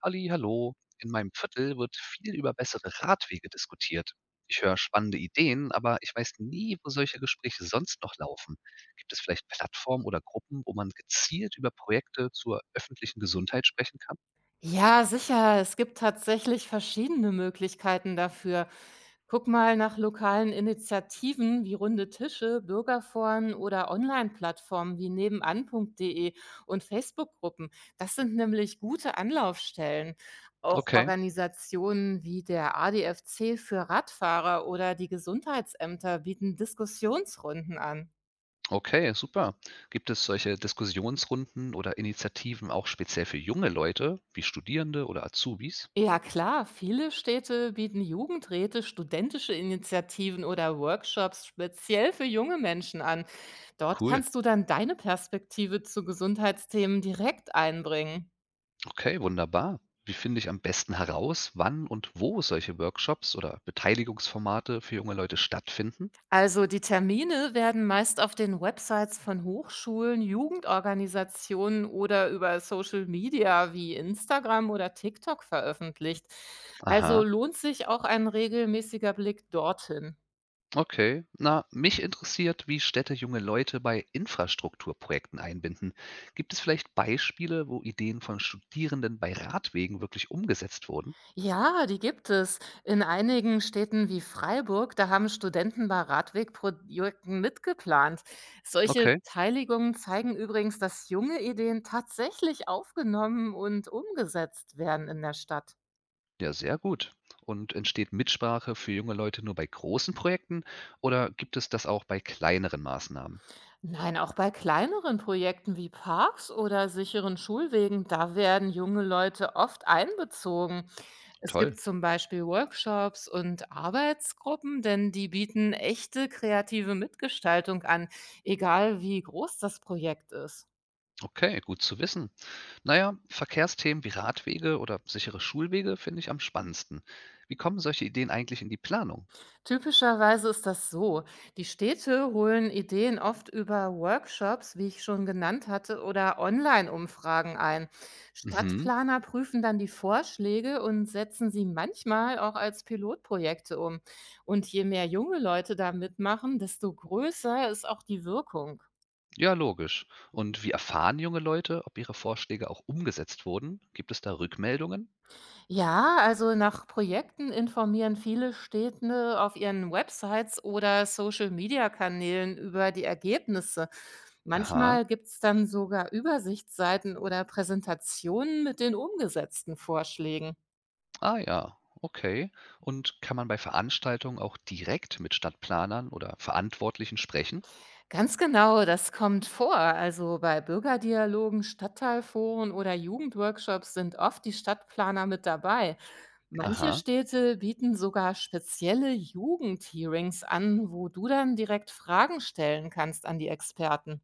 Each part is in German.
Ali, hallo. In meinem Viertel wird viel über bessere Radwege diskutiert. Ich höre spannende Ideen, aber ich weiß nie, wo solche Gespräche sonst noch laufen. Gibt es vielleicht Plattformen oder Gruppen, wo man gezielt über Projekte zur öffentlichen Gesundheit sprechen kann? Ja, sicher. Es gibt tatsächlich verschiedene Möglichkeiten dafür. Guck mal nach lokalen Initiativen wie runde Tische, Bürgerforen oder Online-Plattformen wie nebenan.de und Facebook-Gruppen. Das sind nämlich gute Anlaufstellen. Auch Okay, Organisationen wie der ADFC für Radfahrer oder die Gesundheitsämter bieten Diskussionsrunden an. okay, super. Gibt es solche Diskussionsrunden oder Initiativen auch speziell für junge Leute, wie Studierende oder Azubis? Ja klar, viele Städte bieten Jugendräte, studentische Initiativen oder Workshops speziell für junge Menschen an. Dort Cool. kannst du dann deine Perspektive zu Gesundheitsthemen direkt einbringen. Okay, wunderbar. Wie finde ich am besten heraus, wann und wo solche Workshops oder Beteiligungsformate für junge Leute stattfinden? Also die Termine werden meist auf den Websites von Hochschulen, Jugendorganisationen oder über Social Media wie Instagram oder TikTok veröffentlicht. Also Aha, lohnt sich auch ein regelmäßiger Blick dorthin. okay. Na, mich interessiert, wie Städte junge Leute bei Infrastrukturprojekten einbinden. Gibt es vielleicht Beispiele, wo Ideen von Studierenden bei Radwegen wirklich umgesetzt wurden? Ja, die gibt es. In einigen Städten wie Freiburg, da haben Studenten bei Radwegprojekten mitgeplant. Solche Okay, Beteiligungen zeigen übrigens, dass junge Ideen tatsächlich aufgenommen und umgesetzt werden in der Stadt. ja, sehr gut. Und entsteht Mitsprache für junge Leute nur bei großen Projekten oder gibt es das auch bei kleineren Maßnahmen? Nein, auch bei kleineren Projekten wie Parks oder sicheren Schulwegen, da werden junge Leute oft einbezogen. Es Toll. gibt zum Beispiel Workshops und Arbeitsgruppen, denn die bieten echte kreative Mitgestaltung an, egal wie groß das Projekt ist. Okay, gut zu wissen. Naja, Verkehrsthemen wie Radwege oder sichere Schulwege finde ich am spannendsten. Wie kommen solche Ideen eigentlich in die Planung? Typischerweise ist das so. Die Städte holen Ideen oft über Workshops, wie ich schon genannt hatte, oder Online-Umfragen ein. Mhm, Stadtplaner prüfen dann die Vorschläge und setzen sie manchmal auch als Pilotprojekte um. Und je mehr junge Leute da mitmachen, desto größer ist auch die Wirkung. ja, logisch. Und wie erfahren junge Leute, ob ihre Vorschläge auch umgesetzt wurden? Gibt es da Rückmeldungen? Ja, also nach Projekten informieren viele Städte auf ihren Websites oder Social-Media-Kanälen über die Ergebnisse. Aha, Manchmal gibt es dann sogar Übersichtsseiten oder Präsentationen mit den umgesetzten Vorschlägen. ah ja, okay. Und kann man bei Veranstaltungen auch direkt mit Stadtplanern oder Verantwortlichen sprechen? Ganz genau, das kommt vor. Also bei Bürgerdialogen, Stadtteilforen oder Jugendworkshops sind oft die Stadtplaner mit dabei. Manche Aha, Städte bieten sogar spezielle Jugend-Hearings an, wo du dann direkt Fragen stellen kannst an die Experten.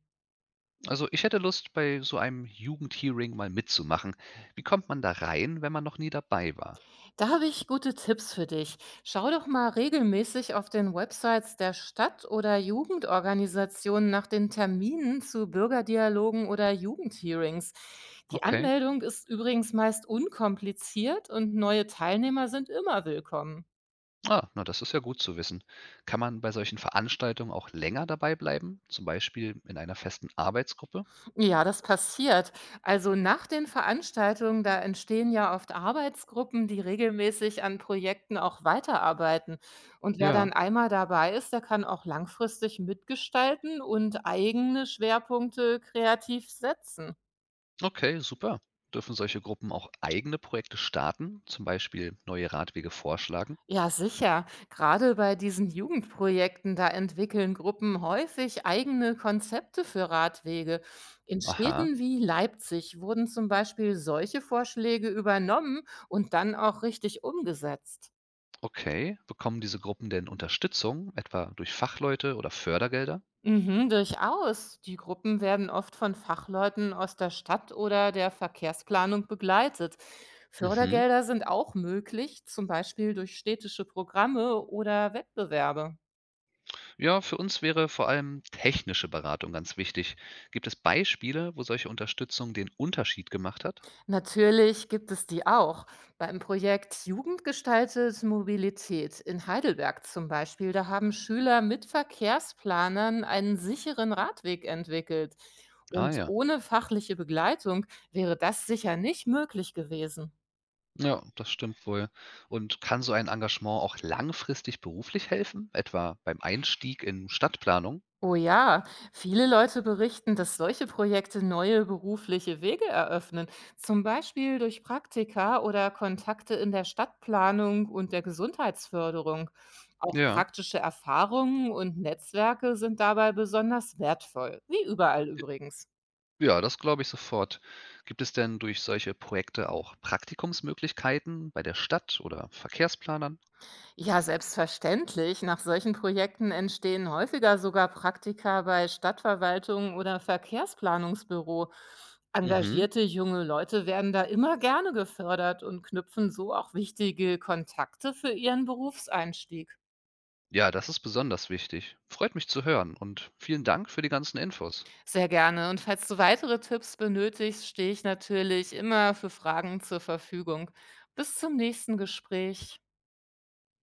also ich hätte Lust, bei so einem Jugendhearing mal mitzumachen. Wie kommt man da rein, wenn man noch nie dabei war? Da habe ich gute Tipps für dich. Schau doch mal regelmäßig auf den Websites der Stadt oder Jugendorganisationen nach den Terminen zu Bürgerdialogen oder Jugendhearings. Die Okay. Anmeldung ist übrigens meist unkompliziert und neue Teilnehmer sind immer willkommen. Ah, na, das ist ja gut zu wissen. Kann man bei solchen Veranstaltungen auch länger dabei bleiben, zum Beispiel in einer festen Arbeitsgruppe? Ja, das passiert. Also nach den Veranstaltungen, da entstehen ja oft Arbeitsgruppen, die regelmäßig an Projekten auch weiterarbeiten. Und wer Ja, dann einmal dabei ist, der kann auch langfristig mitgestalten und eigene Schwerpunkte kreativ setzen. okay, super. Dürfen solche Gruppen auch eigene Projekte starten, zum Beispiel neue Radwege vorschlagen? Ja, sicher. Gerade bei diesen Jugendprojekten, da entwickeln Gruppen häufig eigene Konzepte für Radwege. In Aha, Städten wie Leipzig wurden zum Beispiel solche Vorschläge übernommen und dann auch richtig umgesetzt. okay. Bekommen diese Gruppen denn Unterstützung, etwa durch Fachleute oder Fördergelder? Mhm, durchaus. Die Gruppen werden oft von Fachleuten aus der Stadt oder der Verkehrsplanung begleitet. Mhm. Fördergelder sind auch möglich, zum Beispiel durch städtische Programme oder Wettbewerbe. Ja, für uns wäre vor allem technische Beratung ganz wichtig. Gibt es Beispiele, wo solche Unterstützung den Unterschied gemacht hat? Natürlich gibt es die auch. Beim Projekt Jugend gestaltet Mobilität in Heidelberg zum Beispiel, da haben Schüler mit Verkehrsplanern einen sicheren Radweg entwickelt. Ah Und ja. ohne fachliche Begleitung wäre das sicher nicht möglich gewesen. Ja, das stimmt wohl. Und kann so ein Engagement auch langfristig beruflich helfen, etwa beim Einstieg in Stadtplanung? Oh ja, viele Leute berichten, dass solche Projekte neue berufliche Wege eröffnen, zum Beispiel durch Praktika oder Kontakte in der Stadtplanung und der Gesundheitsförderung. Auch Ja. praktische Erfahrungen und Netzwerke sind dabei besonders wertvoll, wie überall übrigens. Ja, das glaube ich sofort. Gibt es denn durch solche Projekte auch Praktikumsmöglichkeiten bei der Stadt oder Verkehrsplanern? Ja, selbstverständlich. Nach solchen Projekten entstehen häufiger sogar Praktika bei Stadtverwaltungen oder Verkehrsplanungsbüro. Mhm. Engagierte junge Leute werden da immer gerne gefördert und knüpfen so auch wichtige Kontakte für ihren Berufseinstieg. Ja, das ist besonders wichtig. Freut mich zu hören und vielen Dank für die ganzen Infos. Sehr gerne. Und falls du weitere Tipps benötigst, stehe ich natürlich immer für Fragen zur Verfügung. Bis zum nächsten Gespräch.